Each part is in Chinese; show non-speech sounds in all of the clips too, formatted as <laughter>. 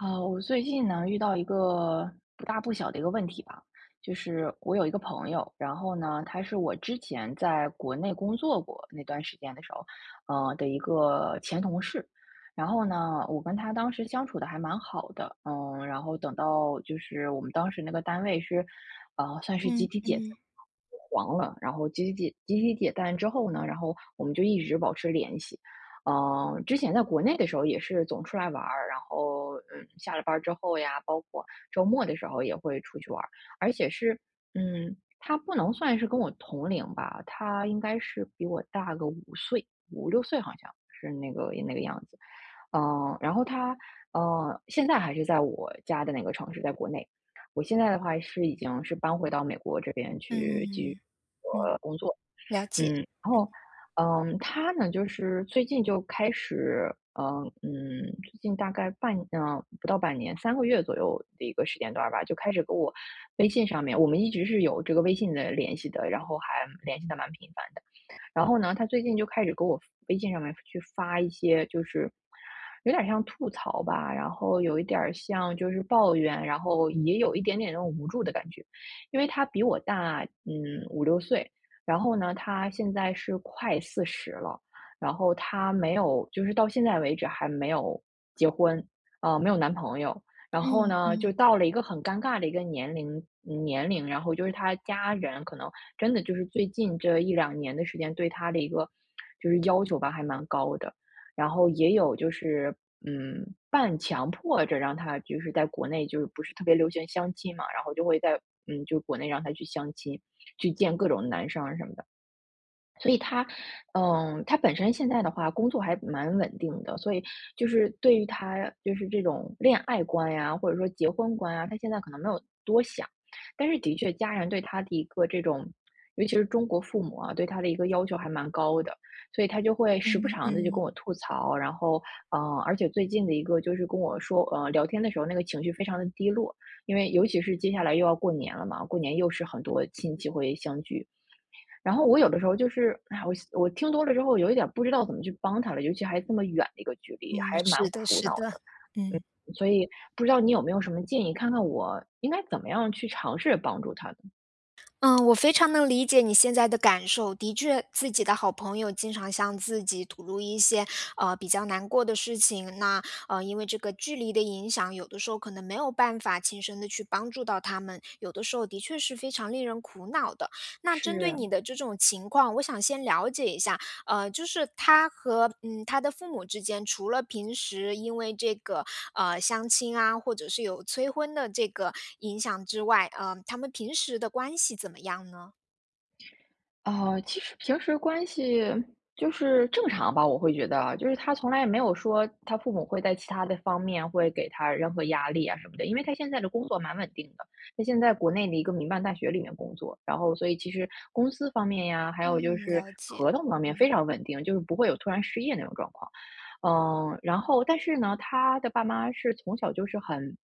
啊，我最近呢遇到一个不大不小的一个问题吧，就是我有一个朋友，然后呢，他是我之前在国内工作过那段时间的时候，的一个前同事，然后呢，我跟他当时相处的还蛮好的，然后等到就是我们当时那个单位是，算是集嗯体解散。嗯黄了，然后集体解散之后呢，然后我们就一直保持联系，之前在国内的时候也是总出来玩儿，然后下了班儿之后呀，包括周末的时候也会出去玩儿，而且是他不能算是跟我同龄吧，他应该是比我大个5岁，五六岁好像是那个样子。嗯，然后他现在还是在我家的那个城市，在国内。我现在的话是已经是搬回到美国这边去继续嗯嗯，工作，了解。嗯，然嗯后，他呢，就是最近就开始，最近大概不到半年，3个月左右的一个时间段儿吧，就开始跟我微信上面，我们一直是有这个微信的联系的，然后还联系的蛮频繁的。然后呢，他最近就开始给我微信上面去发一些，就是有点像吐槽吧，然后有一点儿像就是抱怨，然后也有一点点那种无助的感觉。因为他比我大，五六岁，然后呢，他现在是快四十了，然后他没有，就是到现在为止还没有结婚，啊，没有男朋友。然后嗯呢，就嗯到了一个很尴尬的一个年龄，然后就是他家人可能真的就是最近这1、2年的时间，对他的一个就是要求吧，还蛮高的。然后也有就是，半强迫着让他就是在国内就是不是特别流行相亲嘛，然后就会在就国内让他去相亲，去见各种男生啊什么的。所以他本身现在的话工作还蛮稳定的，所以就是对于他就是这种恋爱观呀，或者说结婚观啊，他现在可能没有多想，但是的确家人对他的一个这种，尤其是中国父母啊，对他的一个要求还蛮高的，所以他就会时嗯不常的就跟嗯我吐槽，然后，而且最近的一个就是跟我说，聊天的时候那个情绪非常的低落，因为尤其是接下来又要过年了嘛，过年又是很多亲戚会相聚，然后我有的时候就是，哎，我听多了之后有一点不知道怎么去帮他了，尤其还这么远的一个距离，嗯，还蛮是的苦是恼的。的。嗯，所以不知道你有没有什么建议，看看我应该怎么样去尝试帮助他呢？嗯，我非常能理解你现在的感受。的确，自己的好朋友经常向自己吐露一些，比较难过的事情，那，因为这个距离的影响，有的时候可能没有办法亲身的去帮助到他们，有的时候的确是非常令人苦恼的。那针对是。你的这种情况，我想先了解一下，就是他和他的父母之间，除了平时因为这个相亲啊，或者是有催婚的这个影响之外，他们平时的关系怎么样呢？哦，其实平时关系就是正常吧，我会觉得啊，就是他从来也没有说他父母会在其他的方面会给他任何压力啊什么的，因为他现在的工作蛮稳定的，他现在国内的一个民办大学里面工作，然后所以其实公司方面呀，还有就嗯，是了解。合同方面非常稳定，就是不会有突然失业那种状况。嗯，然后但是呢，他的爸妈是从小就是很，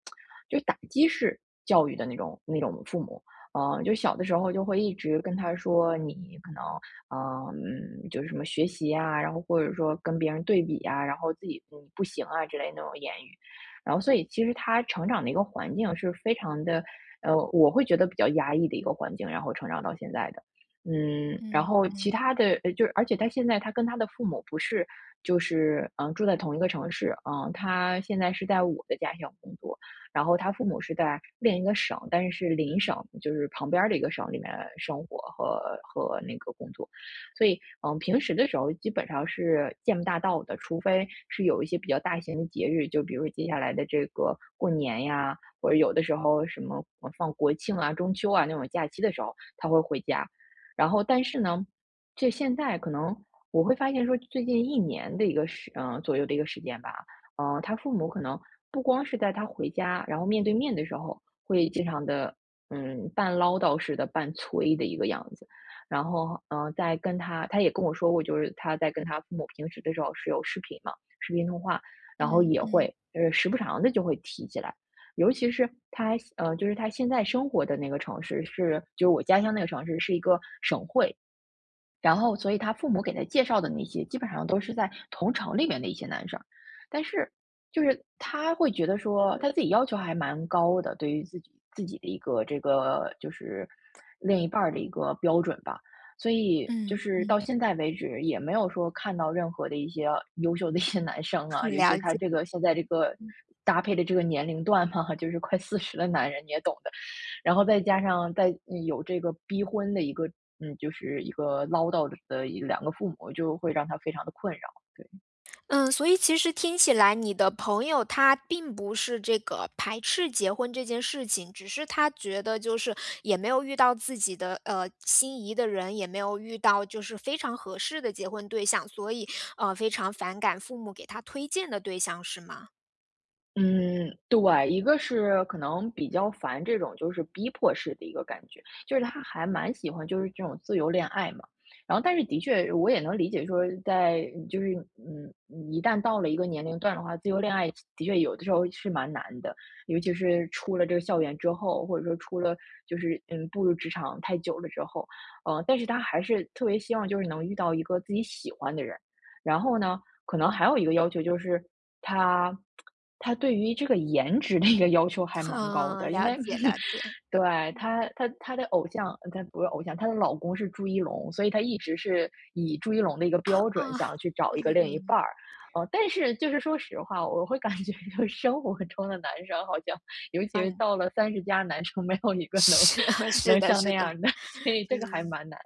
就是打击式教育的那种父母，就小的时候就会一直跟他说你可能，就是什么学习啊，然后或者说跟别人对比啊，然后自己你不行啊之类那种言语。然后所以其实他成长的一个环境是非常的，我会觉得比较压抑的一个环境，然后成长到现在的。然嗯后其嗯他的，就是而且他现在他跟他的父母不是，就是住在同一个城市，他现在是在我的家乡工作，然后他父母是在另一个省，但是是邻省，就是旁边儿的一个省里面生活和那个工作，所以平时的时候基本上是见不大到的，除非是有一些比较大型的节日，就比如说接下来的这个过年呀，或者有的时候什么放国庆啊、中秋啊那种假期的时候，他会回家。然后，但是呢，这现在可能我会发现说，最近1年的一个左右的一个时间吧，他父母可能不光是在他回家，然后面对面的时候，会经常的，半唠叨似的、半催的一个样子。然后，在跟他也跟我说过，就是他在跟他父母平时的时候是有视频嘛，视频通话，然后嗯也嗯会，时不常的就会提起来。尤其是他，就是他现在生活的那个城市是就是我家乡那个城市是一个省会，然后所以他父母给他介绍的那些，基本上都是在同城里面的一些男生。但是就是他会觉得说，他自己要求还蛮高的，对于自己的一个这个就是另一半儿的一个标准吧。所以就嗯是到嗯，现在为止，也没有说看到任何的一些优秀的一些男 <laughs> 生啊，很尤其了他解。这个现在这个搭配的这个年龄段嘛，<laughs> 就是快四十的男人，你也懂的。然后再加上有这个逼婚的一个，就是一个唠叨的1、2个父母，就会让他非常的困扰。嗯，所以其实听起来你的朋友他并不是这个排斥结婚这件事情，只是他觉得就是也没有遇到自己的心仪的人，也没有遇到就是非常合适的结婚对象，所以非常反感父母给他推荐的对象，是吗？嗯，对，一个是可能比较烦这种就是逼迫式的一个感觉，就是他还蛮喜欢就是这种自由恋爱嘛。然后但是的确我也能理解说在就是一旦到了一个年龄段的话，自由恋爱的确有的时候是蛮难的，尤其是出了这个校园之后，或者说出了就是步入职场太久了之后，但是他还是特别希望就是能遇到一个自己喜欢的人。然后呢，可能还有一个要求就是他他对于这个颜值的一个要求还 <laughs> 蛮高的，嗯，因了为 解了 <laughs> 解对，他的偶像他不是偶像，他的老公是朱一龙，所以他一直是以朱一龙的一个标准啊，想去找一个另嗯，一半儿。但是就是说实话，我会感觉就是生活中的男生好像，尤其是到了30加男生没有一个能 是 <laughs> <laughs> 是能的，像那是的，样的，所以这个还嗯。蛮难。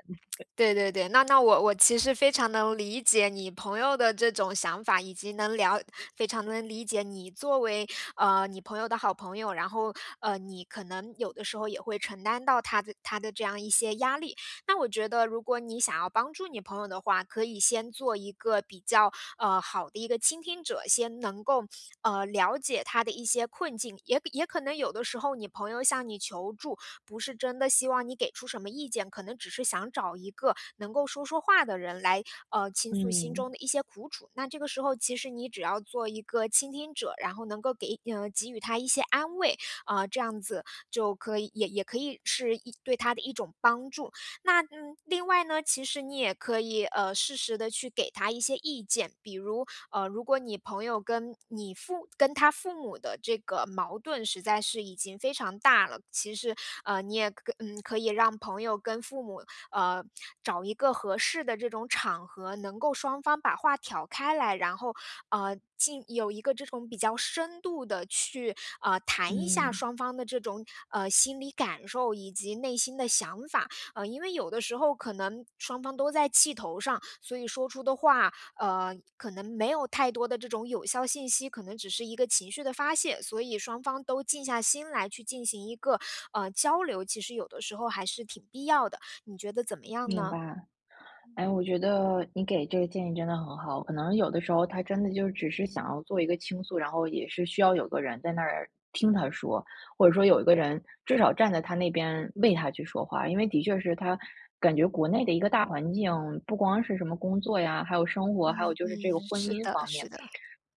对对对，那我其实非常能理解你朋友的这种想法，以及非常能理解你作为，你朋友的好朋友，然后，你可能有的时候也会承担到他的这样一些压力。那我觉得，如果你想要帮助你朋友的话，可以先做一个比较，好的一个倾听者，先能够，了解他的一些困境，也可能有的时候你朋友向你求助，不是真的希望你给出什么意见，可能只是想找一个能够说说话的人来，倾诉心嗯，中的一些苦楚。那这个时候，其实你只要做一个倾听者，然后能够给予他一些安慰，啊，这样子就可以，也可以是一对他的一种帮助。那另外呢，其实你也可以适时的去给他一些意见，比如如果你朋友跟你父跟他父母的这个矛盾实在是已经非常大了，其实你也可以让朋友跟父母呃找一个合适的这种场合，能够双方把话挑开来，然后有一个这种比较深度的去谈一下嗯，双方的这种心理感受以及内心的想法，因为有的时候可能双方都在气头上，所以说出的话，可能没有太多的这种有效信息，可能只是一个情绪的发泄，所以双方都静下心来去进行一个交流，其实有的时候还是挺必要的。你觉得怎么样明呢？白。哎，我觉得你给这个建议真的很好。可能有的时候他真的就只是想要做一个倾诉，然后也是需要有个人在那儿听他说，或者说有一个人至少站在他那边为他去说话。因为的确是他感觉国内的一个大环境，不光是什么工作呀，还有生活，还有嗯就是这个嗯，婚是姻的，方面。是的。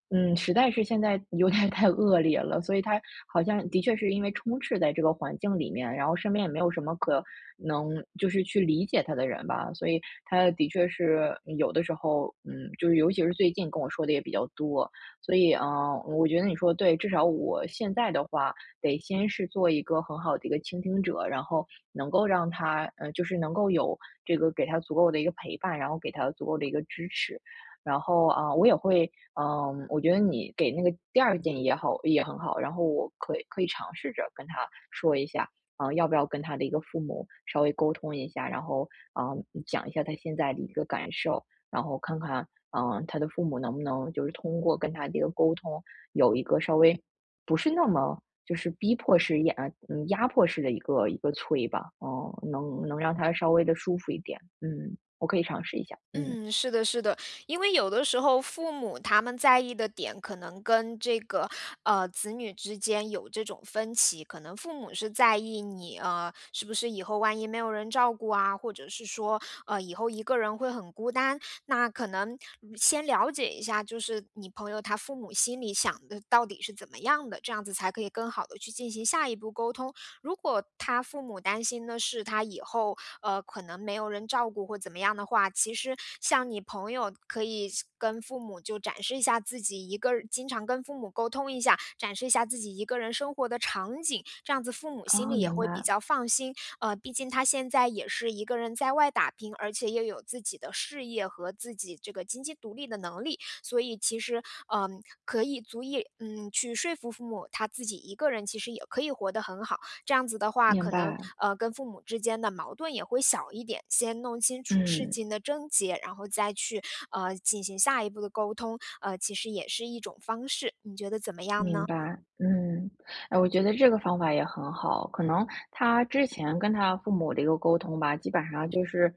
嗯，实在是现在有点儿太恶劣了，所以他好像的确是因为充斥在这个环境里面，然后身边也没有什么可能就是去理解他的人吧，所以他的确是有的时候，就是尤其是最近跟我说的也比较多，所以我觉得你说对，至少我现在的话，得先是做一个很好的一个倾听者，然后能够让他，就是能够有这个给他足够的一个陪伴，然后给他足够的一个支持。然后啊，我也会我觉得你给那个第二个建议也好，也很好。然后我可以尝试着跟他说一下，啊、要不要跟他的一个父母稍微沟通一下，然后啊、讲一下他现在的一个感受，然后看看他的父母能不能就是通过跟他的一个沟通，有一个稍微不是那么就是逼迫式压嗯压迫式的一个催吧，能让他稍微的舒服一点。嗯，我可以尝试一下。嗯，嗯，是的，是的，因为有的时候父母他们在意的点，可能跟这个子女之间有这种分歧。可能父母是在意你是不是以后万一没有人照顾啊，或者是说以后一个人会很孤单。那可能先了解一下，就是你朋友他父母心里想的到底是怎么样的，这样子才可以更好的去进行下一步沟通。如果他父母担心的是他以后，可能没有人照顾或怎么样的话，其实像你朋友可以跟父母就展示一下自己一个人经常跟父母沟通一下，展示一下自己一个人生活的场景，这样子父母心啊、里也明会比白较放心。毕竟他现在也是一个人在外打拼，而且又有自己的事业和自己这个经济独立的能力，所以其实，可以足以去说服父母，他自己一个人其实也可以活得很好。这样子的话，明可能白，跟父母之间的矛盾也会小一点。先弄清楚事嗯。情的症结，然后再去进行下一步的沟通，其实也是一种方式。你觉得怎么样明呢？白，嗯，哎，我觉得这个方法也很好。可能他之前跟他父母的一个沟通吧，基本上就是，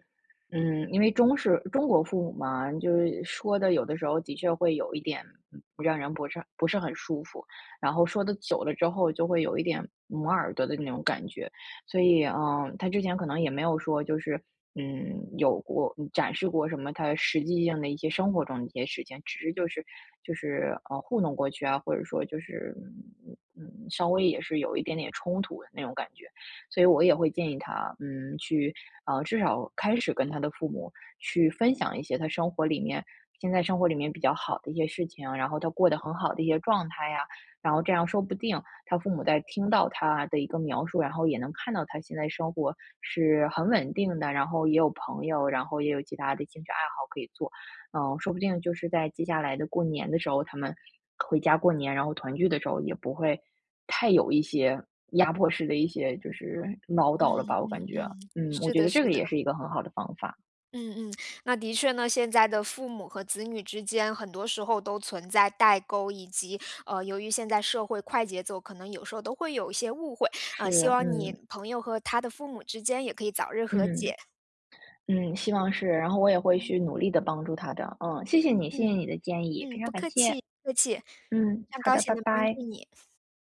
因为中国父母嘛，就是说的有的时候的确会有一点让人不是很舒服，然后说的久了之后就会有一点磨耳朵的那种感觉。所以，他之前可能也没有说就是有过展示过什么他实际性的一些生活中的一些事情，只是就是糊弄过去啊，或者说就是稍微也是有一点点冲突的那种感觉，所以我也会建议他去至少开始跟他的父母去分享一些他生活里面现在生活里面比较好的一些事情，然后他过得很好的一些状态呀，然后这样说不定。他父母在听到他的一个描述，然后也能看到他现在生活是很稳定的，然后也有朋友，然后也有其他的兴趣爱好可以做。嗯，说不定就是在接下来的过年的时候，他们回家过年，然后团聚的时候也不会太有一些压迫式的一些就是唠叨了吧，我嗯感觉。嗯，嗯，我是觉的，得这是个的，也是一个很好的方法。嗯嗯，那的确呢，现在的父母和子女之间，很多时候都存在代沟，以及由于现在社会快节奏，可能有时候都会有一些误会。希是，望你嗯朋友和他的父母之间也可以早日和嗯解。嗯，希望是，然后我也会去嗯努力的帮助他的。嗯，谢谢你，谢谢嗯。你的建议，嗯，非常不感客谢。气，不客气，非嗯，常好高的，兴拜能帮助拜。你。